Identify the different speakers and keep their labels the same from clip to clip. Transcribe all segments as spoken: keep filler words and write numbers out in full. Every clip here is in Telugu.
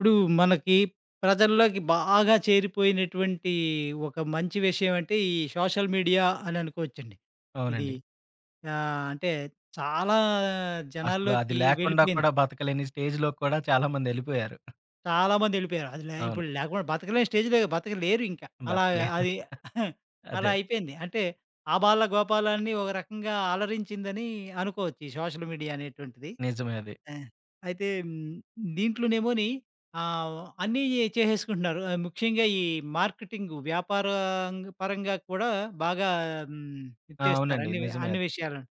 Speaker 1: ఇప్పుడు మనకి ప్రజల్లోకి బాగా చేరిపోయినటువంటి ఒక మంచి విషయం అంటే ఈ సోషల్ మీడియా అని అనుకోవచ్చండి. ఇది
Speaker 2: అవునండి.
Speaker 1: ఆహ్, అంటే చాలా
Speaker 2: అసలు అది
Speaker 1: జనాల్లోకి
Speaker 2: లేకుండా
Speaker 1: వెళ్ళిపోయింది.
Speaker 2: కూడా బతకలేని స్టేజ్‌లో కూడా చాలా మందెళ్ళిపోయారు.
Speaker 1: చాలామంది వెళ్ళిపోయారు. అది లే
Speaker 2: అవును.
Speaker 1: ఇప్పుడు లేకుండా బతకలేని స్టేజ్‌లో బతకలేరు ఇంకా. అలా
Speaker 2: బతకలేరు.
Speaker 1: అది అలా
Speaker 2: అదే.
Speaker 1: అయిపోయింది. అంటే ఆబాల గోపాలాన్ని ఒక రకంగా అలరించిందని అనుకోవచ్చు ఈ సోషల్ మీడియా అనేటువంటిది.
Speaker 2: నిజమే అది.
Speaker 1: ఆ! అయితే హ్మ్, దీంట్లోనేమోని ఆహ్, అన్నీ చేసేసుకుంటున్నారు. ఆహ్, ముఖ్యంగా ఈ మార్కెటింగ్ వ్యాపారం పరంగా కూడా బాగా హ్మ్, ఇది
Speaker 2: ఆ!
Speaker 1: చేస్తారు.
Speaker 2: అవునండి.
Speaker 1: అన్ని
Speaker 2: నిజమే
Speaker 1: అన్ని
Speaker 2: అది.
Speaker 1: విషయాలను.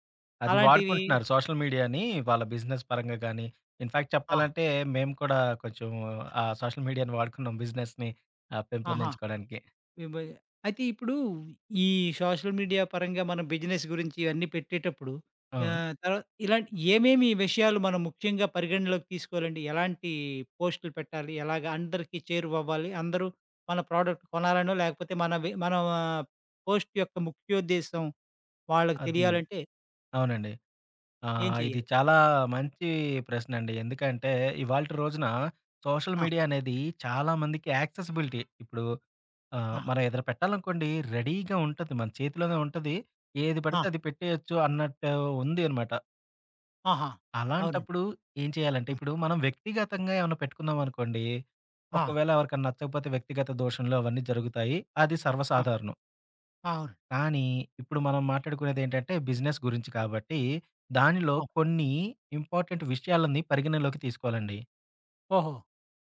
Speaker 2: అది
Speaker 1: అలాంటివి.
Speaker 2: వాడుకుంటున్నారు సోషల్ మీడియాని వాళ్ళ బిజినెస్ పరంగా గానీ, ఇన్‌ఫాక్ట్
Speaker 1: ఆ!
Speaker 2: చెప్పాలంటే మేము కూడా కొంచెం ఆ సోషల్ మీడియాని వాడుకున్నాం బిజినెస్‌ని ఆహ్,
Speaker 1: ఆహా!
Speaker 2: పెంపొందించుకోవడానికి.
Speaker 1: విభజ అయితే ఇప్పుడు ఈ సోషల్ మీడియా పరంగా మనం బిజినెస్ గురించి ఇవన్నీ పెట్టేటప్పుడు
Speaker 2: ఆ!
Speaker 1: ఆహ్, తర్వా ఇలాంటి ఏమేమి విషయాలు మనం ముఖ్యంగా పరిగణలోకి తీసుకోవాలండి? ఎలాంటి పోస్టులు పెట్టాలి? ఎలాగ అందరికీ చేరువవ్వాలి? అందరూ మన ప్రోడక్ట్ కొనాలనో, లేకపోతే మన వి మన ఆ, పోస్ట్ యొక్క ముఖ్యోద్దేశం వాళ్ళకి
Speaker 2: అది
Speaker 1: తెలియాలంటే
Speaker 2: అవునండి.
Speaker 1: ఏం
Speaker 2: ఆహ్, ఇది
Speaker 1: చేయాలి?
Speaker 2: చాలా మంచి ప్రశ్నండి. ఎందుకంటే ఇవాల్టి రోజున సోషల్
Speaker 1: ఆ!
Speaker 2: మీడియా అనేది చాలా మందికి యాక్సెసిబిలిటీ ఇప్పుడు ఆ!
Speaker 1: ఆ!
Speaker 2: మనం ఏదైనా పెట్టాలనుకోండి రెడీగా ఉంటది. మన చేతిలోనే ఉంటది. ఏది
Speaker 1: ఆ!
Speaker 2: పడితే అది పెట్టేయొచ్చు అన్నట్టు ఉంది అనమాట.
Speaker 1: ఆహా! అవునండి.
Speaker 2: అలాంటప్పుడు ఏం చేయాలంటే
Speaker 1: ఆ!
Speaker 2: ఇప్పుడు మనం వ్యక్తిగతంగా ఏమన్నా పెట్టుకున్నామనుకోండి,
Speaker 1: ఆ!
Speaker 2: ఒకవేళ ఎవరికన్నా నచ్చకపోతే వ్యక్తిగత దోషంలు అవన్నీ జరుగుతాయి. అది
Speaker 1: ఆ!
Speaker 2: సర్వసాధారణం.
Speaker 1: అవును.
Speaker 2: కానీ ఇప్పుడు మనం మాట్లాడుకునేదేంటంటే బిజినెస్ గురించి కాబట్టి దానిలో
Speaker 1: ఆ!
Speaker 2: కొన్ని ఇంపార్టెంట్ విషయాలని పరిగణలోకి తీసుకోవాలండి.
Speaker 1: ఓహో!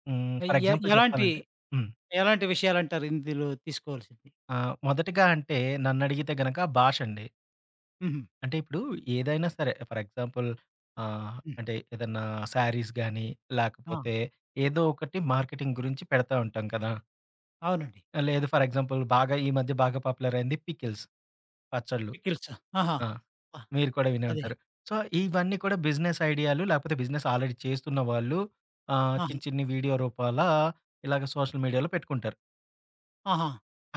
Speaker 2: హ్మ్.
Speaker 1: ఎ
Speaker 2: ఫర్
Speaker 1: ఎ-
Speaker 2: ఎగ్జాంపుల్
Speaker 1: ఎలాంటి
Speaker 2: చెప్పాలంటే హ్మ్.
Speaker 1: ఎలాంటి విషయాలంటారు ఇందులో తీసుకోవాల్సింది?
Speaker 2: ఆహ్, మొదటిగా అంటే నన్నడిగితే గనక భాషండి.
Speaker 1: హుహు.
Speaker 2: అంటే ఇప్పుడు ఏదైనా సరే ఫర్ ఎగ్జాంపుల్ ఆహ్,
Speaker 1: హ్మ్.
Speaker 2: అంటే ఏదన్నా శారీస్ గాని,
Speaker 1: ఆ!
Speaker 2: లేకపోతే ఏదో ఒకటి మార్కెటింగ్ గురించి పెడతా ఉంటాం కదా!
Speaker 1: అవునండి.
Speaker 2: ఆ, లేదు ఫర్ ఎగ్జాంపుల్ బాగా ఈ మధ్య బాగా పాపులర్ అయింది పికిల్స్ పచ్చళ్ళు.
Speaker 1: పికిల్స్. ఆహా!
Speaker 2: ఆ!
Speaker 1: ఆ!
Speaker 2: మీరు కూడా వినే
Speaker 1: అదే.
Speaker 2: ఉంటారు. సో, ఇవన్నీ కూడా బిజినెస్ ఐడియాలు లేకపోతే బిజినెస్ ఆల్రెడీ చేస్తున్న వాళ్ళు ఆహ్,
Speaker 1: ఆహా!
Speaker 2: చిన్న చిన్ని వీడియో రూపాల ఇలాగ సోషల్ మీడియాలో పెట్టుకుంటారు.
Speaker 1: ఆహా!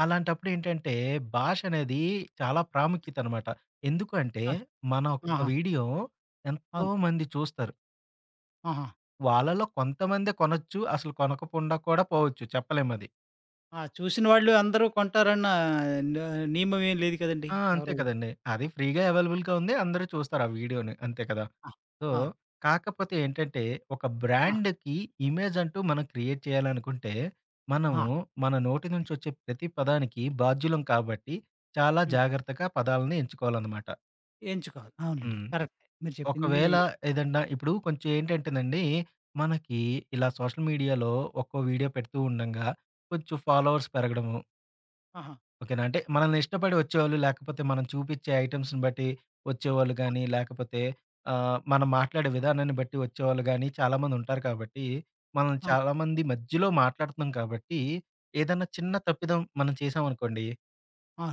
Speaker 2: అలాంటప్పుడు ఏంటంటే భాష అనేది చాలా ప్రాముఖ్యత అనమాట. ఎందుకు అంటే
Speaker 1: ఆ!
Speaker 2: మన ఒక్క
Speaker 1: ఆహా!
Speaker 2: వీడియో
Speaker 1: అవును.
Speaker 2: ఎంతోమంది చూస్తారు.
Speaker 1: ఆహా!
Speaker 2: వాళ్ళలో కొంతమందే కొనొచ్చు. అసలు కొనకుండా కూడా పోవచ్చు. చెప్పలేమది.
Speaker 1: ఆ! చూసిన వాళ్ళు అందరూ కొంటారన్న న నియమం ఏం లేదు కదండీ!
Speaker 2: ఆ! అంతే
Speaker 1: ఎవరు
Speaker 2: కదండీ. అది ఫ్రీగా అవైలబుల్‌గా ఉంది. అందరూ చూస్తారు ఆ వీడియోని. అంతే కదా!
Speaker 1: ఆ!
Speaker 2: సో,
Speaker 1: అవును.
Speaker 2: కాకపోతే ఏంటంటే, ఒక
Speaker 1: ఆ!
Speaker 2: బ్రాండ్‌కి ఇమేజ్ అంటూ మనం క్రియేట్ చేయాలనుకుంటే,
Speaker 1: ఆ!
Speaker 2: మనము మన నోటి నుంచి
Speaker 1: హ్మ్.
Speaker 2: వచ్చే ప్రతి పదానికి బాధ్యులం కాబట్టి, చాలా
Speaker 1: హ్మ్.
Speaker 2: జాగ్రత్తగా పదాలను ఎంచుకోవాలనమాట.
Speaker 1: ఎంచుకోవాలి. అవునండి.
Speaker 2: హ్మ్.
Speaker 1: కరెక్టే. మీరు చెప్పింది
Speaker 2: ఒకవేళ ఏదన్నా ఇప్పుడు కొంచెం ఏంటంటేనండి, మనకి ఇలా సోషల్ మీడియాలో ఒక్కో వీడియో పెడుతూ ఉండంగా కొంచెం
Speaker 1: ఆ!
Speaker 2: ఫాలోవర్స్ పెరగడము
Speaker 1: ఆహా!
Speaker 2: ఓకేనా. అంటే మనల్ని ఇష్టపడి వచ్చేవాళ్ళు, లేకపోతే మనం చూపిచ్చే ఐటెమ్స్‌ని బట్టి వచ్చేవాళ్ళు
Speaker 1: ఆ!
Speaker 2: గానీ, లేకపోతే ఆహ్,
Speaker 1: ఆ!
Speaker 2: మనం మాట్లాడే విధానాన్ని బట్టి వచ్చేవాళ్ళు గానీ, చాలామందుంటారు కాబట్టి, మనం
Speaker 1: ఆ!
Speaker 2: చాలామంది మధ్యలో మాట్లాడుతున్నాం కాబట్టి, ఏదన్నా చిన్న తప్పిదం మనం చేశామనుకోండి
Speaker 1: ఆ!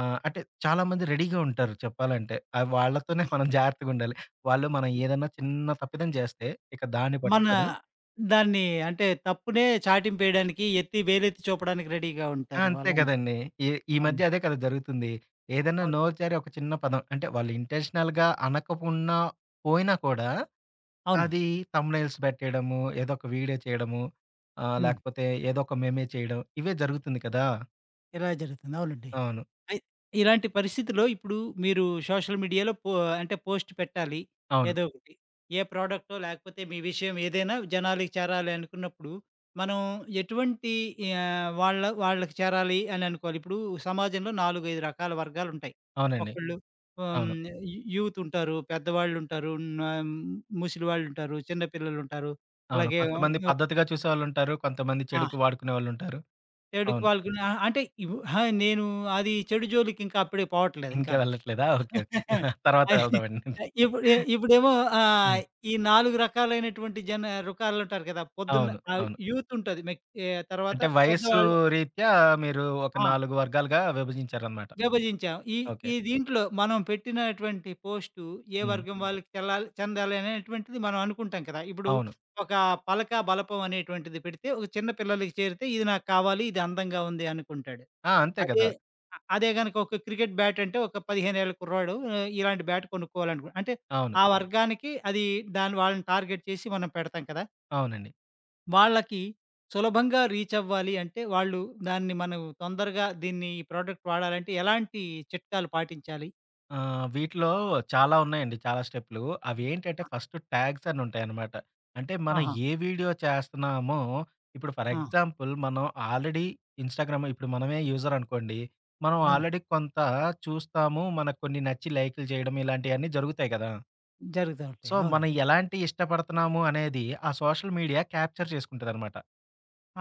Speaker 2: ఆహ్, అంటే చాలామంది రెడీగా ఉంటారు చెప్పాలంటే. ఆహ్, వాళ్ళతోనే మనం జాగ్రత్తగుండాలి. వాళ్ళు మనం ఏదన్నా చిన్న తప్పిదం జేస్తే, ఇక దాన్ని
Speaker 1: మన
Speaker 2: పట్టుకొని
Speaker 1: దాన్ని అంటే తప్పునే చాటింపేయడానికి, ఎత్తి వేలెత్తి చూపడానికి రెడీగా
Speaker 2: ఆ!
Speaker 1: ఉంటారు.
Speaker 2: అంతే
Speaker 1: అలాంటి.
Speaker 2: కదండీ. ఈ ఈ
Speaker 1: అవును.
Speaker 2: మధ్య అదే కదా జరుగుతుంది. ఏదైనా
Speaker 1: అవును.
Speaker 2: నోరుజారి ఒక చిన్న పదం అంటే వాళ్ళు ఇంటెన్షనల్‌గా అనకపోయినా పోయినా కూడా
Speaker 1: అవును.
Speaker 2: అది థంబ్‌నెయిల్స్ పెట్టేయడము, ఏదో ఒక వీడియో చేయడము, ఆహ్,
Speaker 1: హ్మ్.
Speaker 2: లేకపోతే ఏదో ఒక మెమే చేయడం ఇవే జరుగుతుంది కదా!
Speaker 1: ఇలా జరుగుతుంది. అవునండి.
Speaker 2: అవును.
Speaker 1: అయి ఇలాంటి పరిస్థితిలో ఇప్పుడు మీరు సోషల్ మీడియాలో పో అంటే పోస్ట్ పెట్టాలి.
Speaker 2: అవును.
Speaker 1: ఏదో ఒకటి. ఏ ప్రోడక్టో లేకపోతే మీ విషయం ఏదైనా జనాలకి చేరాలి అనుకున్నప్పుడు, మనం ఎటువంటి ఆహ్, వాళ్ళ వాళ్ళకి చేరాలి అని అనుకోవాలి. ఇప్పుడు సమాజంలో నాలుగు, ఐదు రకాల వర్గాలుంటాయి.
Speaker 2: అవునండి.
Speaker 1: ఒకళ్ళు హ్మ్.
Speaker 2: అవును.
Speaker 1: యూ యూత్ ఉంటారు, పెద్దవాళ్ళుంటారు, నా ముసలి వాళ్ళుంటారు, చిన్న పిల్లలుంటారు.
Speaker 2: అవును.
Speaker 1: అలాగే
Speaker 2: కొంతమంది
Speaker 1: ఒక
Speaker 2: పద్ధతిగా చూసేవాళ్ళుంటారు. కొంతమంది
Speaker 1: ఆ!
Speaker 2: చెడుకు వాడుకునేవాళ్ళుంటారు.
Speaker 1: చెడుకి
Speaker 2: అవును.
Speaker 1: పాల్గొనే అంటే ఇవ్ అహా! నేను అది చెడు జోలికి ఇంకా అప్పుడే పోవట్లేదు
Speaker 2: ఇంకా
Speaker 1: ఇంకాను.
Speaker 2: వెళ్ళట్లేదా? ఓకే. ఓకే. తర్వాత
Speaker 1: అయి
Speaker 2: వెళ్దామండి.
Speaker 1: ఇప్పుడు ఇ ఇప్పుడేమో ఆహ్,
Speaker 2: హ్మ్.
Speaker 1: ఈ నాలుగు రకాలైనటువంటి జన రుకాలుంటారు కదా! పొద్దున్న
Speaker 2: అవును.
Speaker 1: ఆహ్,
Speaker 2: అవును.
Speaker 1: యూత్ ఉంటది. మెక్ ఆహ్, తర్వాత
Speaker 2: అంటే వయస్సు
Speaker 1: పెద్దవాళ్ళు.
Speaker 2: రీత్యా మీరు ఒక
Speaker 1: ఆ!
Speaker 2: నాలుగు వర్గాలుగా విభజించారనమాట.
Speaker 1: విభజించాం. ఈ
Speaker 2: ఓకే.
Speaker 1: ఈ దీంట్లో మనం పెట్టినటువంటి పోస్టు ఏ
Speaker 2: హ్మ్.
Speaker 1: వర్గం వాళ్ళకి చెల్లాలి చెందాలి అనేటువంటిది మనం అనుకుంటాం కదా! ఇప్పుడు
Speaker 2: అవును.
Speaker 1: ఒక పలక, బలపం అనేటువంటిది పెడితే ఒక చిన్న పిల్లలకి చేరితే ఇది నాకు కావాలి, ఇది అందంగా ఉంది అనుకుంటాడు.
Speaker 2: ఆ! అంతే
Speaker 1: అదే
Speaker 2: కదా!
Speaker 1: అ అదే గనక ఒక క్రికెట్ బ్యాట్ అంటే ఒక పదిహేను ఏళ్ల కుర్రాడు ఆహ్, ఇలాంటి బ్యాట్ కొనుక్కోవాలనుకో అంటే
Speaker 2: అవును.
Speaker 1: ఆ వర్గానికి అది దాన్ని వాళ్ళని టార్గెట్ చేసి మనం పెడతాం కదా!
Speaker 2: అవునండి.
Speaker 1: వాళ్ళకి సులభంగా రీచ్ అవ్వాలి అంటే వాళ్ళు దాన్ని మనం తొందరగా దీన్ని ఈ ప్రోడక్ట్ వాడాలంటే ఎలాంటి చిట్కాలు పాటించాలి?
Speaker 2: ఆహ్, వీటిలో చాలా ఉన్నాయండి. చాలా స్టెప్‌లు. అవేంటంటే ఫస్ట్ ట్యాగ్స్ అని ఉంటాయనమాట. అంటే మనం
Speaker 1: ఆహా!
Speaker 2: ఏ వీడియో చేస్తున్నామో ఇప్పుడు ఫర్
Speaker 1: ఆ!
Speaker 2: ఎగ్జాంపుల్ మనం ఆల్రెడీ ఇన్‌స్టాగ్రామ్ ఇప్పుడు మనమే యూజర్ అనుకోండి. మనం
Speaker 1: అవును.
Speaker 2: ఆల్రెడీ కొంత చూస్తాము. మనకు కొన్ని నచ్చి లైకులు చేయడం ఇలాంటియన్నీ జరుగుతాయి కదా!
Speaker 1: జరుగుతా ఉంటాయి.
Speaker 2: సో, మనం
Speaker 1: అవునండి.
Speaker 2: ఎలాంటియి ఇష్టపడుతున్నాము అనేది ఆ సోషల్ మీడియా క్యాప్చర్ చేసుకుంటదనమాట.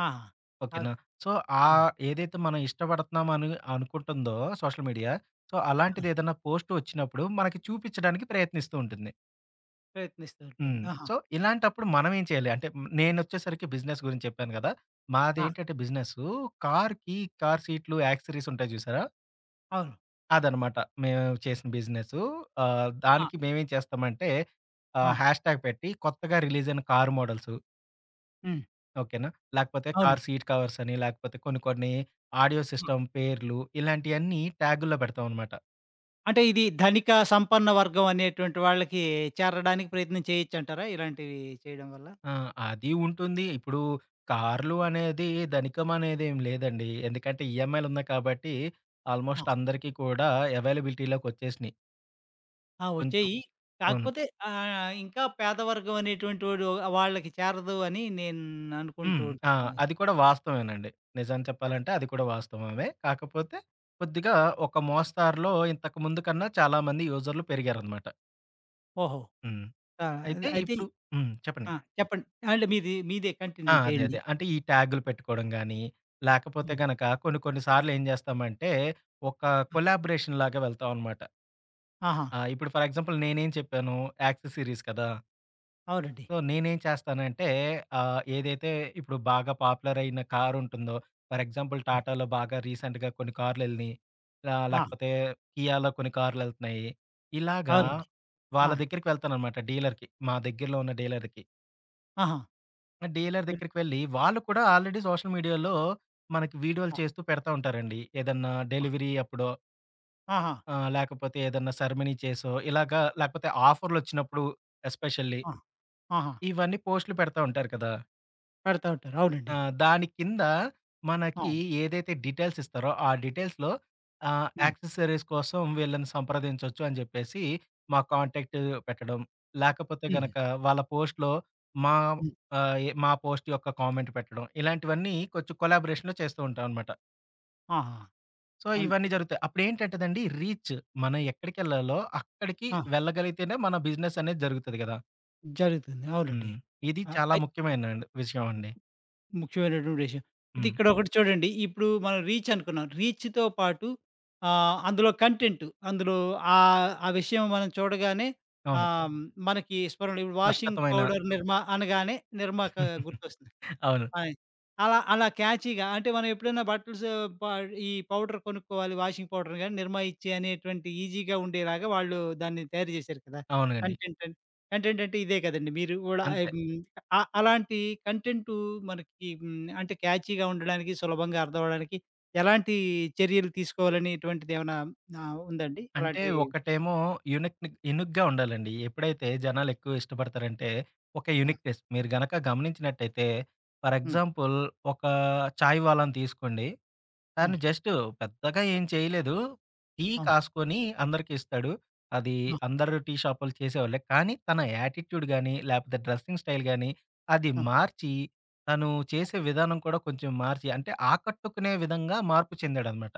Speaker 1: ఆహా!
Speaker 2: ఓకేనా.
Speaker 1: అవునండి.
Speaker 2: సో,
Speaker 1: ఆ!
Speaker 2: ఆహ్, ఏదైతే మనం ఇష్టపడుతున్నాం అని అనుకుంటుందో సోషల్ మీడియా, సో,
Speaker 1: ఆ!
Speaker 2: అలాంటిదేదన్నా పోస్ట్ వచ్చినప్పుడు మనకి చూపిచ్చడానికి ప్రయత్నిస్తూ ఉంటుంది.
Speaker 1: ప్రయత్నిస్తూ ఉంటుంది.
Speaker 2: హ్మ్.
Speaker 1: ఆహా!
Speaker 2: సో, ఇలాంటప్పుడు మనం ఏం చేయాలి? అంటే నేనొచ్చేసరికి బిజినెస్ గురించి చెప్పాను గదా!
Speaker 1: ఆ!
Speaker 2: మాదేంటంటే బిజినెసు కార్‌కి కార్ కి కార్ సీట్లు, యాక్సెసరీస్ ఉంటాయి జూసారా?
Speaker 1: అవును.
Speaker 2: అదనమాట. మేము చేసిన బిజినెసు. ఆహ్,
Speaker 1: ఆ!
Speaker 2: దానికి మేమేం చేస్తామంటే
Speaker 1: ఆ!
Speaker 2: ఆహ్, హ్యాష్ ట్యాగ్ పెట్టి కొత్తగా రిలీజయిన కారు మోడల్స్
Speaker 1: హ్మ్.
Speaker 2: ఓకేనా. లేకపోతే
Speaker 1: అవును.
Speaker 2: కార్ సీట్ కవర్స్ అని, లేకపోతే కొన్ని కొన్ని ఆడియో సిస్టమ్ పేర్లు ఇలాంటియన్నీ ట్యాగుల్లో పెడతామనమాట.
Speaker 1: అంటే ఇది ధనిక, సంపన్న వర్గం అనేటువంటి వాళ్ళకి చేరడానికి ప్రయత్నం చేయొచ్చంటారా? ఇలాంటివి చేయడం వల్ల?
Speaker 2: ఆ! అది ఉంటుంది. ఇప్పుడు కార్లు అనేది ధనికమనేదేం లేదండి. ఎందుకంటే ఈఎంఐలున్నాయి కాబట్టి
Speaker 1: ఆ!
Speaker 2: ఆల్మోస్ట్ అందరికీ కూడా అవైలబిలిటీలోకొచ్చేసినియి.
Speaker 1: ఆ!
Speaker 2: కొంచెం.
Speaker 1: వచ్చేయి.
Speaker 2: అవును.
Speaker 1: కాకపోతే ఆహ్, ఇంకా పేదవర్గం అనేటువంటి వాడు వాళ్ళకి చేరదు అని నేను
Speaker 2: హ్మ్.
Speaker 1: అనుకుంటూ
Speaker 2: ఆ!
Speaker 1: ఉంటాను.
Speaker 2: అది కూడా వాస్తవమేనండి. నిజాన్ని చెప్పాలంటే అది కూడా వాస్తవమే. కాకపోతే కొద్దిగా ఒక మోస్తారులో ఇంతకు ముందు కన్నా చాలా మంది యూజర్‌లు పెరిగారనమాట.
Speaker 1: ఓహో!
Speaker 2: హ్మ్.
Speaker 1: ఆ!
Speaker 2: అయితే
Speaker 1: అయితే
Speaker 2: ఇప్పుడు హ్మ్. చెప్పండి.
Speaker 1: ఆ! చెప్పండి. అంటే మీది మీదే
Speaker 2: ఆ!
Speaker 1: కంటిన్యూ
Speaker 2: అదే.
Speaker 1: చేయండి.
Speaker 2: అదే. అంటే ఈ ట్యాగ్‌లు పెట్టుకోవడం గాని, లేకపోతే
Speaker 1: హ్మ్.
Speaker 2: గనక కొన్ని కొన్ని సార్లు ఏం చేస్తామంటే, ఒక
Speaker 1: ఆ!
Speaker 2: కొలాబరేషన్ లాగా వెళ్తాం అనమాట.
Speaker 1: ఆహా!
Speaker 2: ఆహ్, ఇప్పుడు ఫర్ ఎగ్జాంపుల్ నేనేం చెప్పాను, యాక్సెస్ సిరీస్ కదా!
Speaker 1: అవునండి.
Speaker 2: సో, నేనేం చేస్తానంటే ఆహ్, ఏదైతే ఇప్పుడు బాగా పాపులర్ అయిన కార్ ఉంటుందో, ఫర్ ఎగ్జాంపుల్
Speaker 1: హ్మ్.
Speaker 2: టాటాలో బాగా రీసెంట్‌గా కొన్ని కార్లెళ్ళినయి. ఆహ్,
Speaker 1: ఆ!
Speaker 2: లేకపోతే కియాలో కొన్ని కార్లెళ్తున్నాయి. ఇలాగా
Speaker 1: అవునండి. ఆ!
Speaker 2: వాళ్ళ దగ్గరికి వెళ్తాననమాట డీలర్‌కి. మా దగ్గరలో ఉన్న డీలర్‌కి.
Speaker 1: ఆహా!
Speaker 2: డీలర్
Speaker 1: హ్మ్.
Speaker 2: దగ్గరికి వెళ్ళి, వాళ్ళు కూడా ఆల్రెడీ సోషల్ మీడియాలో మనకి వీడియోలు
Speaker 1: ఆ!
Speaker 2: చేస్తూ పెడతా ఉంటారండి. ఏదన్నా
Speaker 1: ఆ!
Speaker 2: డెలివరీ అప్పుడో
Speaker 1: ఆహా!
Speaker 2: ఆహ్, లేకపోతే ఏదన్నా సెరమనీ చేసో ఇలాగా లేకపోతే ఆఫర్‌లొచ్చినప్పుడు ఎస్పెషల్లీ
Speaker 1: ఆ! ఆహా!
Speaker 2: ఇవన్నీ పోస్ట్‌లు పెడతా ఉంటారు కదా!
Speaker 1: పెడతా ఉంటారు.
Speaker 2: ఆ!
Speaker 1: అవునండి.
Speaker 2: దాని కింద
Speaker 1: ఆ!
Speaker 2: మనకి ఏదైతే డీటెయిల్స్ ఇస్తారో, ఆ డీటెయిల్స్‌లో ఆహ్,
Speaker 1: హ్మ్.
Speaker 2: యాక్సెసరీస్ కోసం వీళ్ళని సంప్రదించొచ్చు అని జెప్పేసి మా కాంటాక్ట్ పెట్టడం. లేకపోతే
Speaker 1: హుహు.
Speaker 2: గనక వాళ్ళ పోస్ట్‌లో మా
Speaker 1: హ్మ్.
Speaker 2: ఆహ్, ఎ మా పోస్ట్ యొక్క కామెంట్ పెట్టడం. ఇలాంటివన్నీ కొంచెం కొలాబరేషన్‌లో చేస్తూ ఉంటామనమాట.
Speaker 1: ఆహా!
Speaker 2: సో,
Speaker 1: అన్
Speaker 2: ఇవన్నీ జరుగుతాయి. అప్పుడేంటంటేనండి రీచ్ మనం ఎక్కడికెళ్ళాలో అక్కడికి
Speaker 1: ఆ!
Speaker 2: వెళ్ళగలిగితేనే మన బిజినెస్ అనేది జరుగుతది గదా!
Speaker 1: జరుగుతుంది. అవునండి.
Speaker 2: హ్మ్. ఇది
Speaker 1: ఆ!
Speaker 2: చాలా
Speaker 1: అయి
Speaker 2: ముఖ్యమైన విషయం అండి.
Speaker 1: ముఖ్యమైనటువంటి విషయం. ఇది
Speaker 2: హ్మ్.
Speaker 1: ఇక్కడొకటి చూడండి. ఇప్పుడు మనం రీచ్ అనుకున్నాం. రీచ్‌తో పాటు ఆహ్, అందులో కంటెంట్, అందులో ఆహ్, ఆ విషయం మనం చూడగానే
Speaker 2: అవును.
Speaker 1: ఆహ్, మనకి స్మరణ. ఇప్పుడు వాషింగ్
Speaker 2: స్పష్టతమైన
Speaker 1: పౌడర్ నిర్మా అనగానే నిర్మాక గుర్తొస్తుంది.
Speaker 2: అవును.
Speaker 1: ఆయ్. అలా అలా క్యాచీగా, అంటే మనం ఎప్పుడైనా బట్టల్స్ ప ఈ పౌడర్ కొనుక్కోవాలి వాషింగ్ పౌడర్ గాని, 'నిర్మా ఇచ్చే' అనేటువంటి ఈజీగా ఉండేలాగా వాళ్ళు దాన్ని తయారు జేశారు కదా!
Speaker 2: అవునండి.
Speaker 1: కంటెంట్ అని. కంటెంట్ అంటే ఇదే కదండీ! మీరు గూడా
Speaker 2: అంతే.
Speaker 1: హ్మ్. అ అలాంటి కంటెంటు మనకి హ్మ్. అంటే క్యాచీగా ఉండడానికి, సులభంగా అర్థం అవ్వడానికి ఎలాంటి చర్యలు తీసుకోవాలనేటువంటిది ఏమన్నా ఆహ్, ఉందండి?
Speaker 2: అంటే
Speaker 1: అలాంటిది.
Speaker 2: ఒకటేమో యూనిక్‌ని యూనిక్‌గా ఉండాలండి. ఎప్పుడైతే జనాలు ఎక్కువ ఇష్టపడతారంటే, ఒక
Speaker 1: ఆ!
Speaker 2: యూనిక్‌నెస్ మీరు గనక గమనించినట్టయితే, ఫర్
Speaker 1: హ్మ్.
Speaker 2: ఎగ్జాంపుల్ ఒక చాయ్ వాలాని తీసుకోండి. తను
Speaker 1: హ్మ్.
Speaker 2: జస్ట్ పెద్దగా ఏం చేయలేదు. టీ
Speaker 1: అవును.
Speaker 2: కాసుకొని అందరికి ఇస్తాడు. అది
Speaker 1: ఆ!
Speaker 2: అందరూ టీ షాపోళ్ళు చేసేవాళ్ళే. కానీ తన యాటిట్యూడ్ గాని, లేపోతే డ్రెస్సింగ్ స్టైల్ గాని అది
Speaker 1: ఆ!
Speaker 2: మార్చి, తను చేసే విధానం కూడా కొంచెం మార్చి అంటే ఆకట్టుకునే విధంగా మార్పు చెందాడనమాట.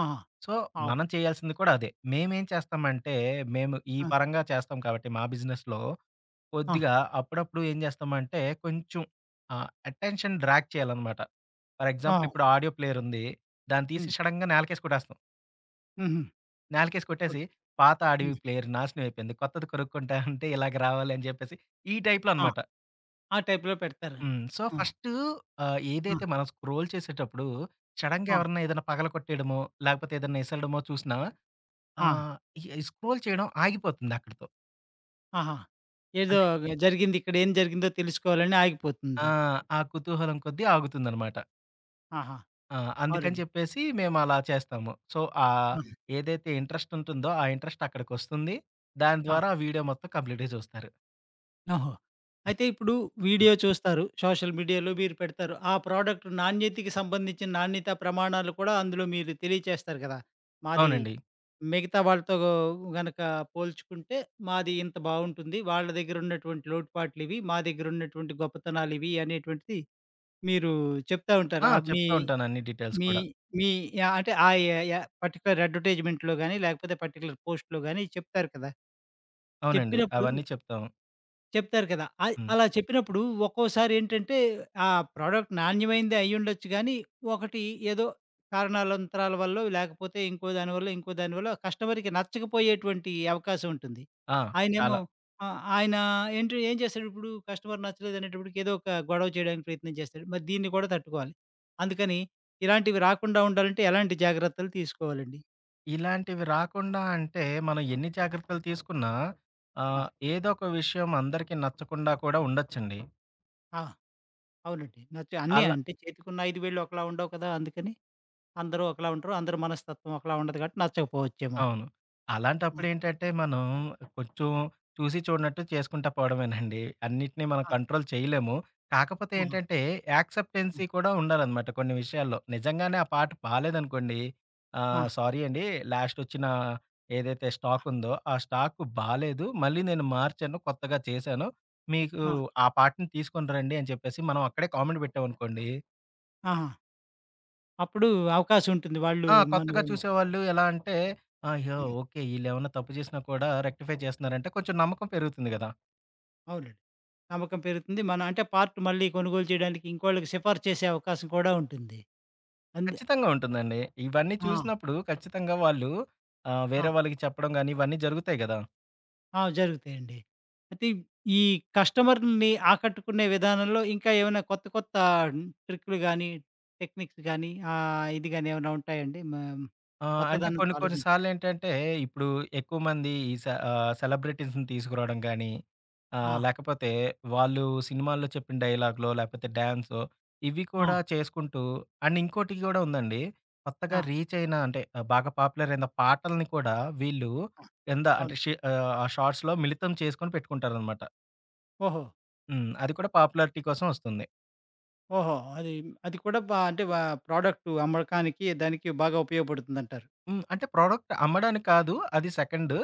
Speaker 1: ఆహా!
Speaker 2: సో,
Speaker 1: అవును.
Speaker 2: మనం చేయాల్సింది కూడా అదే. మేమేం చేస్తామంటే, మేము ఈ
Speaker 1: ఆ!
Speaker 2: పరంగా చేస్తాం కాబట్టి మా బిజినెస్‌లో
Speaker 1: ఆ!
Speaker 2: కొద్దిగా అప్పుడప్పుడు ఏం చేస్తామంటే, కొంచెం ఆహ్, అటెన్షన్ డ్రాగ్ చేయాలనమాట. ఫర్ ఎగ్జాంపుల్
Speaker 1: ఆ!
Speaker 2: ఇప్పుడు ఆడియో ప్లేయర్ ఉంది. దాన్ని తీసి
Speaker 1: హ్మ్.
Speaker 2: సడెన్‌గా నేలకేసి కొట్టేస్తాం.
Speaker 1: హుహు.
Speaker 2: నేలకేసి కొట్టేసి
Speaker 1: ఓకే.
Speaker 2: పాత ఆడియో
Speaker 1: హ్మ్.
Speaker 2: ప్లేయర్ నాశనం అయిపోయింది. కొత్తది కొనుక్కుంటా అంటే ఇలాగ రావాలి అని చెప్పేసి ఈ టైప్‌లో
Speaker 1: ఆ!
Speaker 2: అనమాట.
Speaker 1: ఆ టైప్‌లో పెడతారు.
Speaker 2: హ్మ్. సో,
Speaker 1: ఆ!
Speaker 2: ఫస్టు ఆహ్,
Speaker 1: ఆ!
Speaker 2: ఏదైతే మనం స్క్రోల్ చేసేటప్పుడు సడెన్‌గా
Speaker 1: ఆ!
Speaker 2: ఎవరన్నా ఏదైనా పగలగొట్టేయడమో, లేకపోతే ఏదైనా ఎసరడమో చూసినా ఆ!
Speaker 1: ఆ!
Speaker 2: ఇగ స్క్రోల్ చేయడం ఆగిపోతుంది అక్కడితో.
Speaker 1: ఆహా! ఏదో
Speaker 2: అంటే
Speaker 1: జరిగింది, ఇక్కడ ఏం జరిగిందో తెలుసుకోవాలని
Speaker 2: ఆ!
Speaker 1: ఆగిపోతుంది.
Speaker 2: ఆ కుతూహలం కొద్దీ ఆగుతుందనమాట.
Speaker 1: ఆహా!
Speaker 2: ఆ! అందుకని
Speaker 1: అవునండి.
Speaker 2: చెప్పేసి మేమలా చేస్తాము. సో, ఆహ్,
Speaker 1: అవును.
Speaker 2: ఏదైతే ఇంట్రెస్ట్ ఉంటుందో, ఆ ఇంట్రెస్ట్ అక్కడికొస్తుంది. దాని
Speaker 1: ఆ!
Speaker 2: ద్వారా ఆ వీడియో మొత్తం కంప్లీట్‌గా చూస్తారు.
Speaker 1: ఓహో! అయితే ఇప్పుడు
Speaker 2: హ్మ్.
Speaker 1: వీడియో చూస్తారు. సోషల్ మీడియాలో మీరు పెడతారు. ఆ ప్రోడక్ట్ నాణ్యతకి సంబంధించిన నాణ్యత ప్రమాణాలు కూడా అందులో మీరు తెలియచేస్తారు కదా! మాది
Speaker 2: అవునండి.
Speaker 1: మిగతా వాళ్ళతో గనక పోల్చుకుంటే మాది ఇంత బావుంటుంది. వాళ్ళ దగ్గర ఉన్నటువంటి లోటుపాట్లివి. మా దగ్గర ఉన్నటువంటి గొప్పతనాలివి అనేటువంటిది మీరు చెప్తా ఉంటారు.
Speaker 2: ఆ!
Speaker 1: ఆ! మీ
Speaker 2: చెప్తా ఉంటాను అన్ని డీటెయిల్స్
Speaker 1: మీ
Speaker 2: కూడా.
Speaker 1: మీ యాహ్! అంటే ఆ య య పర్టిక్యులర్ అడ్వర్‌టైజ్‌మెంట్‌లో గాని, లేకపోతే పర్టిక్యులర్ పోస్ట్‌లో గాని చెప్తారు కదా!
Speaker 2: అవునండి.
Speaker 1: చెప్పినప్పుడు
Speaker 2: అవన్నీ చెప్తాము.
Speaker 1: చెప్తారు కదా! అయ్
Speaker 2: హ్మ్.
Speaker 1: అలా చెప్పినప్పుడు ఒక్కోసారేంటంటే, ఆ ప్రోడక్ట్ నాణ్యమైనదే అయ్యుండొచ్చు గానీ, ఒకటి ఏదో కారణాలంతరాల వల్లో, లేకపోతే ఇంకో దాని వల్లో, ఇంకో దాని వల్లో కస్టమర్‌కి నచ్చకపోయేటువంటి అవకాశం ఉంటుంది.
Speaker 2: ఆ!
Speaker 1: ఆయనేమో
Speaker 2: చాలా.
Speaker 1: ఆ! ఆయన ఏంటి ఏం చేస్తాడు ఇప్పుడు? కస్టమర్ నచ్చలేదనేటప్పటికి ఏదో ఒక గొడవ చేయడానికి ప్రయత్నం చేస్తాడు. మరి దీన్ని కూడా తట్టుకోవాలి. అందుకని ఇలాంటివి రాకుండా ఉండాలంటే ఎలాంటి జాగ్రత్తలు తీసుకోవాలండి?
Speaker 2: ఇలాంటివి రాకుండా అంటే, మనం ఎన్ని జాగ్రత్తలు తీసుకున్నా
Speaker 1: ఆ!
Speaker 2: ఆహ్, ఏదో ఒక విషయం అందరికీ నచ్చకుండా కూడా ఉండొచ్చండి.
Speaker 1: ఆ! అవునండి. నచ్చ అన్నీ
Speaker 2: అలా
Speaker 1: అంటే చేతికున్న ఐదు వేళ్ళు ఒకలా ఉండవు కదా! అందుకని అందరూ ఒకలా ఉంటారు. అందరి మనస్తత్వం ఒకలా ఉండదు కాబట్టి నచ్చకపోవచ్చేమో.
Speaker 2: అవును.
Speaker 1: ఆ!
Speaker 2: అలాంటప్పుడేంటంటే, మనం కొంచెం చూసి చూడనట్టు చేసుకుంటా పోవడమేనండి. అన్నిటిని మనం
Speaker 1: ఆ!
Speaker 2: కంట్రోల్ చేయలేము. కాకపోతే
Speaker 1: ఆహా!
Speaker 2: ఏంటంటే, యాక్సెప్టెన్సీ
Speaker 1: హ్మ్.
Speaker 2: కూడా ఉండాలనమాట కొన్ని విషయాల్లో. నిజంగానే ఆ పాట బాలేదనుకోండి,
Speaker 1: ఆ!
Speaker 2: ఆహ్, సారీ అండి. లాస్టొచ్చిన ఏదైతే స్టాకుందో, ఆ స్టాకు బాలేదు. మళ్ళీ నేను మార్చాను, కొత్తగా చేశాను. మీకు
Speaker 1: ఆ!
Speaker 2: ఆ పాటని తీసుకొని రండి అని చెప్పేసి, మనం అక్కడే కామెంట్ పెట్టామనుకోండి
Speaker 1: ఆహా! అప్పుడు అవకాశం ఉంటుంది. వాళ్ళు
Speaker 2: ఆ! కొత్తగా
Speaker 1: మనలో
Speaker 2: చూసేవాళ్ళు ఎలా అంటే, అయ్యో!
Speaker 1: హ్మ్.
Speaker 2: ఓకే. ఈళ్ళేమన్నా తప్పు చేసినా కూడా రెక్టిఫై చేస్తున్నారంటే కొంచెం నమ్మకం పెరుగుతుంది గదా!
Speaker 1: అవునండి. నమ్మకం పెరుగుతుంది. మనం అంటే పార్ట్ మళ్ళీ కొనుగోలు చేయడానికి ఇంకోళ్ళకి సిఫారసు చేసే అవకాశం కూడా ఉంటుంది. అందు
Speaker 2: ఖచ్చితంగా ఉంటుందండి. ఇవన్నీ
Speaker 1: ఆ!
Speaker 2: చూసినప్పుడు ఖచ్చితంగా వాళ్ళు ఆహ్,
Speaker 1: ఆ!
Speaker 2: వేరే వాళ్ళకి చెప్పడం గాని ఇవన్నీ జరుగుతాయి గదా!
Speaker 1: ఆ! జరుగుతాయండి. అయితే ఈ కస్టమర్‌ని ఆకట్టుకునే విధానంలో ఇంకా ఏమైనా కొత్త కొత్త ట్రిక్‌లు గాని, టెక్నిక్స్ గాని ఆహ్, ఇది గాని ఏమైనా ఉంటాయండి? మ
Speaker 2: ఆ! అంటే
Speaker 1: కొత్తదనంతో
Speaker 2: కొన్ని కొన్ని
Speaker 1: ఆలోచి
Speaker 2: సార్లేంటంటే, ఇప్పుడు ఎక్కువ మంది ఈ సె ఆహ్, సెలబ్రిటీస్‌ని తీసుకురావడం గానీ,
Speaker 1: ఆ!
Speaker 2: ఆహ్, లేకపోతే వాళ్ళు సినిమాల్లో చెప్పిన డైలాగ్‌లో, లేపోతే డాన్సో, ఇవి
Speaker 1: ఆ!
Speaker 2: కూడా చేసుకుంటూ అండ్ ఇంకోటి
Speaker 1: ఆ!
Speaker 2: గూడా ఉందండి. కొత్తగా
Speaker 1: ఆ!
Speaker 2: రీచ్ అయిన అంటే ఆహ్, బాగా పాపులర్ అయిన పాటల్ని కూడా వీళ్ళు కింద అంటే
Speaker 1: అవును.
Speaker 2: షి ఆహ్, ఆ షార్ట్స్‌లో మిళితం చేసుకొని పెట్టుకుంటారనమాట.
Speaker 1: ఓహో!
Speaker 2: హ్మ్. అది కూడా పాపులారిటీ కోసం వస్తుంది.
Speaker 1: ఓహో! అది, అది కూడా బా అంటే వ ప్రోడక్ట్ అమ్మకానికి దానికి బాగా ఉపయోగపడుతుందంటారు.
Speaker 2: హ్మ్. అంటే ప్రోడక్ట్ అమ్మడానికి కాదు. అది సెకండు.
Speaker 1: హ్మ్.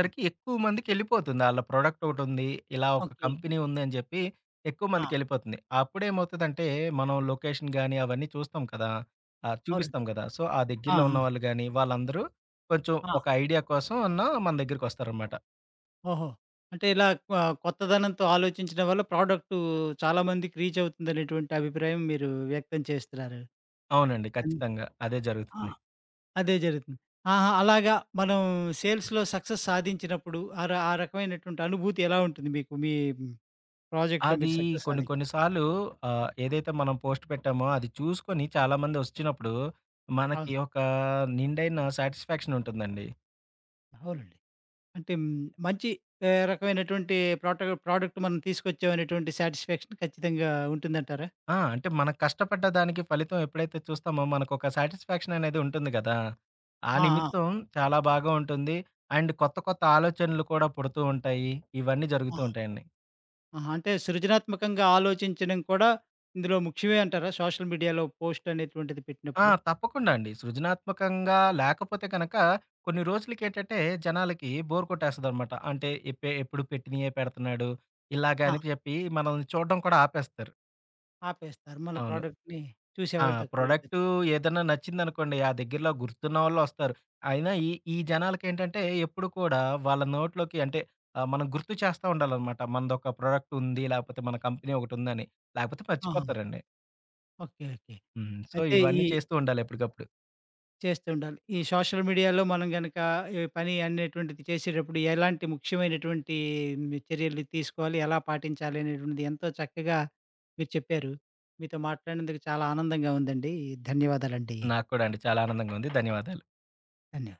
Speaker 1: హ్మ్.
Speaker 2: ఎక్కువ మందికెళ్ళిపోతుంది. ఆళ్ళ ప్రోడక్టొకటుంది. ఇలా ఒక
Speaker 1: ఓకే.
Speaker 2: కంపెనీ ఉంది అని జెప్పి ఎక్కువ
Speaker 1: ఆ!
Speaker 2: మందికెళ్ళిపోతుంది. అప్పుడేమవుతదంటే మనం లొకేషన్ గాని అవన్నీ చూస్తాం కదా! ఆహ్,
Speaker 1: అవునండి.
Speaker 2: చూపిస్తాం గదా! సో, ఆ
Speaker 1: ఆ!
Speaker 2: దగ్గరలో
Speaker 1: ఆ!
Speaker 2: ఉన్నవాళ్ళు గాని వాళ్ళందరూ కొంచెం
Speaker 1: ఆ!
Speaker 2: ఒక ఐడియా కోసం అన్నా మన దగ్గరికొస్తారనమాట.
Speaker 1: ఓహో! అంటే ఇలా కొ కొత్తదనంతో ఆలోచించడం వల్ల ప్రోడక్టు చాలా మందికి రీచ్ అవుతుందనేటువంటి అభిప్రాయం మీరు వ్యక్తం చేస్తున్నారు.
Speaker 2: అవునండి.
Speaker 1: అన్
Speaker 2: ఖచ్చితంగా. అదే
Speaker 1: ఆ!
Speaker 2: జరుగుతుంది.
Speaker 1: అదే జరుగుతుంది. ఆహా! అలాగా మనం సేల్స్‌లో సక్సెస్ సాధించినప్పుడు ఆ ర ఆ రకమైనటువంటి అనుభూతి ఎలా ఉంటుంది మీకు? మీ ప్రాజెక్ట్‌లో
Speaker 2: అది
Speaker 1: మీరు సక్సెస్
Speaker 2: కొన్ని
Speaker 1: సాధించి.
Speaker 2: కొన్ని సార్లు ఆహ్, ఏదైతే మనం పోస్ట్ పెట్టామో అది చూసుకొని చాలామంది వచ్చినప్పుడు, మనకి
Speaker 1: అవును.
Speaker 2: ఒక నిండైన సాటిస్ఫాక్షన్ ఉంటుందండి.
Speaker 1: అవునండి. అంటే హ్మ్, మంచి ఆహ్, రకమైనటువంటి ప్రోట ప్రోడక్ట్ మనం తీసుకొచ్చామనేటువంటి సాటిస్ఫాక్షన్ ఖచ్చితంగా ఉంటుందంటారా?
Speaker 2: ఆ! అంటే మనం కష్టపడ్డ దానికి ఫలితం ఎప్పుడైతే చూస్తామో మనకొక సాటిస్ఫాక్షన్ అనేది ఉంటుంది గదా! ఆ
Speaker 1: ఆ! ఆ!
Speaker 2: నిమిత్తం చాలా బాగా ఉంటుంది. అండ్ కొత్త కొత్త ఆలోచనలు కూడా పుడుతూ ఉంటాయి. ఇవన్నీ
Speaker 1: ఆ!
Speaker 2: జరుగుతూ ఉంటాయండి.
Speaker 1: ఆహా! అంటే సృజనాత్మకంగా ఆలోచించడం కూడా ఇందులో ముఖ్యమే అంటారా? సోషల్ మీడియాలో పోస్ట్ అనేటువంటిది
Speaker 2: ఆ!
Speaker 1: పెట్టినప్పుడు?
Speaker 2: తప్పకుండా అండి. సృజనాత్మకంగా లేకపోతే గనక కొన్ని రోజులకేంటంటే జనాలకి బోర్ కొట్టేస్తదనమాట. అంటే ఎప్పే ఎప్పుడు పెట్టినయే పెడుతున్నాడు. ఇలాగ
Speaker 1: ఆ!
Speaker 2: అని చెప్పి మనల్ని చూడడం కూడా ఆపేస్తారు.
Speaker 1: ఆపేస్తారు. మన
Speaker 2: అవును.
Speaker 1: ప్రోడక్ట్‌ని
Speaker 2: ఆ!
Speaker 1: చూసేవాళ్ళు తక్కువైపోతారు.
Speaker 2: ప్రొడక్టు ఏదన్నా నచ్చిందనుకోండి ఆ దగ్గరలో గుర్తున్నవాళ్ళొస్తారు. అయినా ఈ ఈ జనాలకేంటంటే ఎప్పుడు కూడా వాళ్ళ నోట్లోకి అంటే ఆహ్, మనం గుర్తు చేస్తా ఉండాలనమాట. మనదొక ప్రొడక్ట్ ఉంది. లేకపోతే మన కంపెనీ ఒకటుందని. లేకపోతే
Speaker 1: ఆహా!
Speaker 2: మర్చిపోతారండి.
Speaker 1: ఓకే. ఓకే.
Speaker 2: హ్మ్. సో,
Speaker 1: అయితే ఈ
Speaker 2: ఇవన్నీ చేస్తూ ఉండాలి ఎప్పటికప్పుడు.
Speaker 1: చేస్తూ ఉండాలి. ఈ సోషల్ మీడియాలో మనం గనక ఈ పని అనేటువంటిది చేసేటప్పుడు ఎలాంటి ముఖ్యమైనటువంటి మీ చర్యలు తీసుకోవాలి? ఎలా పాటించాలి? అనేటువంటిది ఎంతో చక్కగా మీరు చెప్పారు. మీతో మాట్లాడినందుకు చాలా ఆనందంగా ఉందండి. ధన్యవాదాలండి.
Speaker 2: నాకు కూడా అండి చాలా ఆనందంగా ఉంది. ధన్యవాదాలు.
Speaker 1: ధన్యవాదాలు.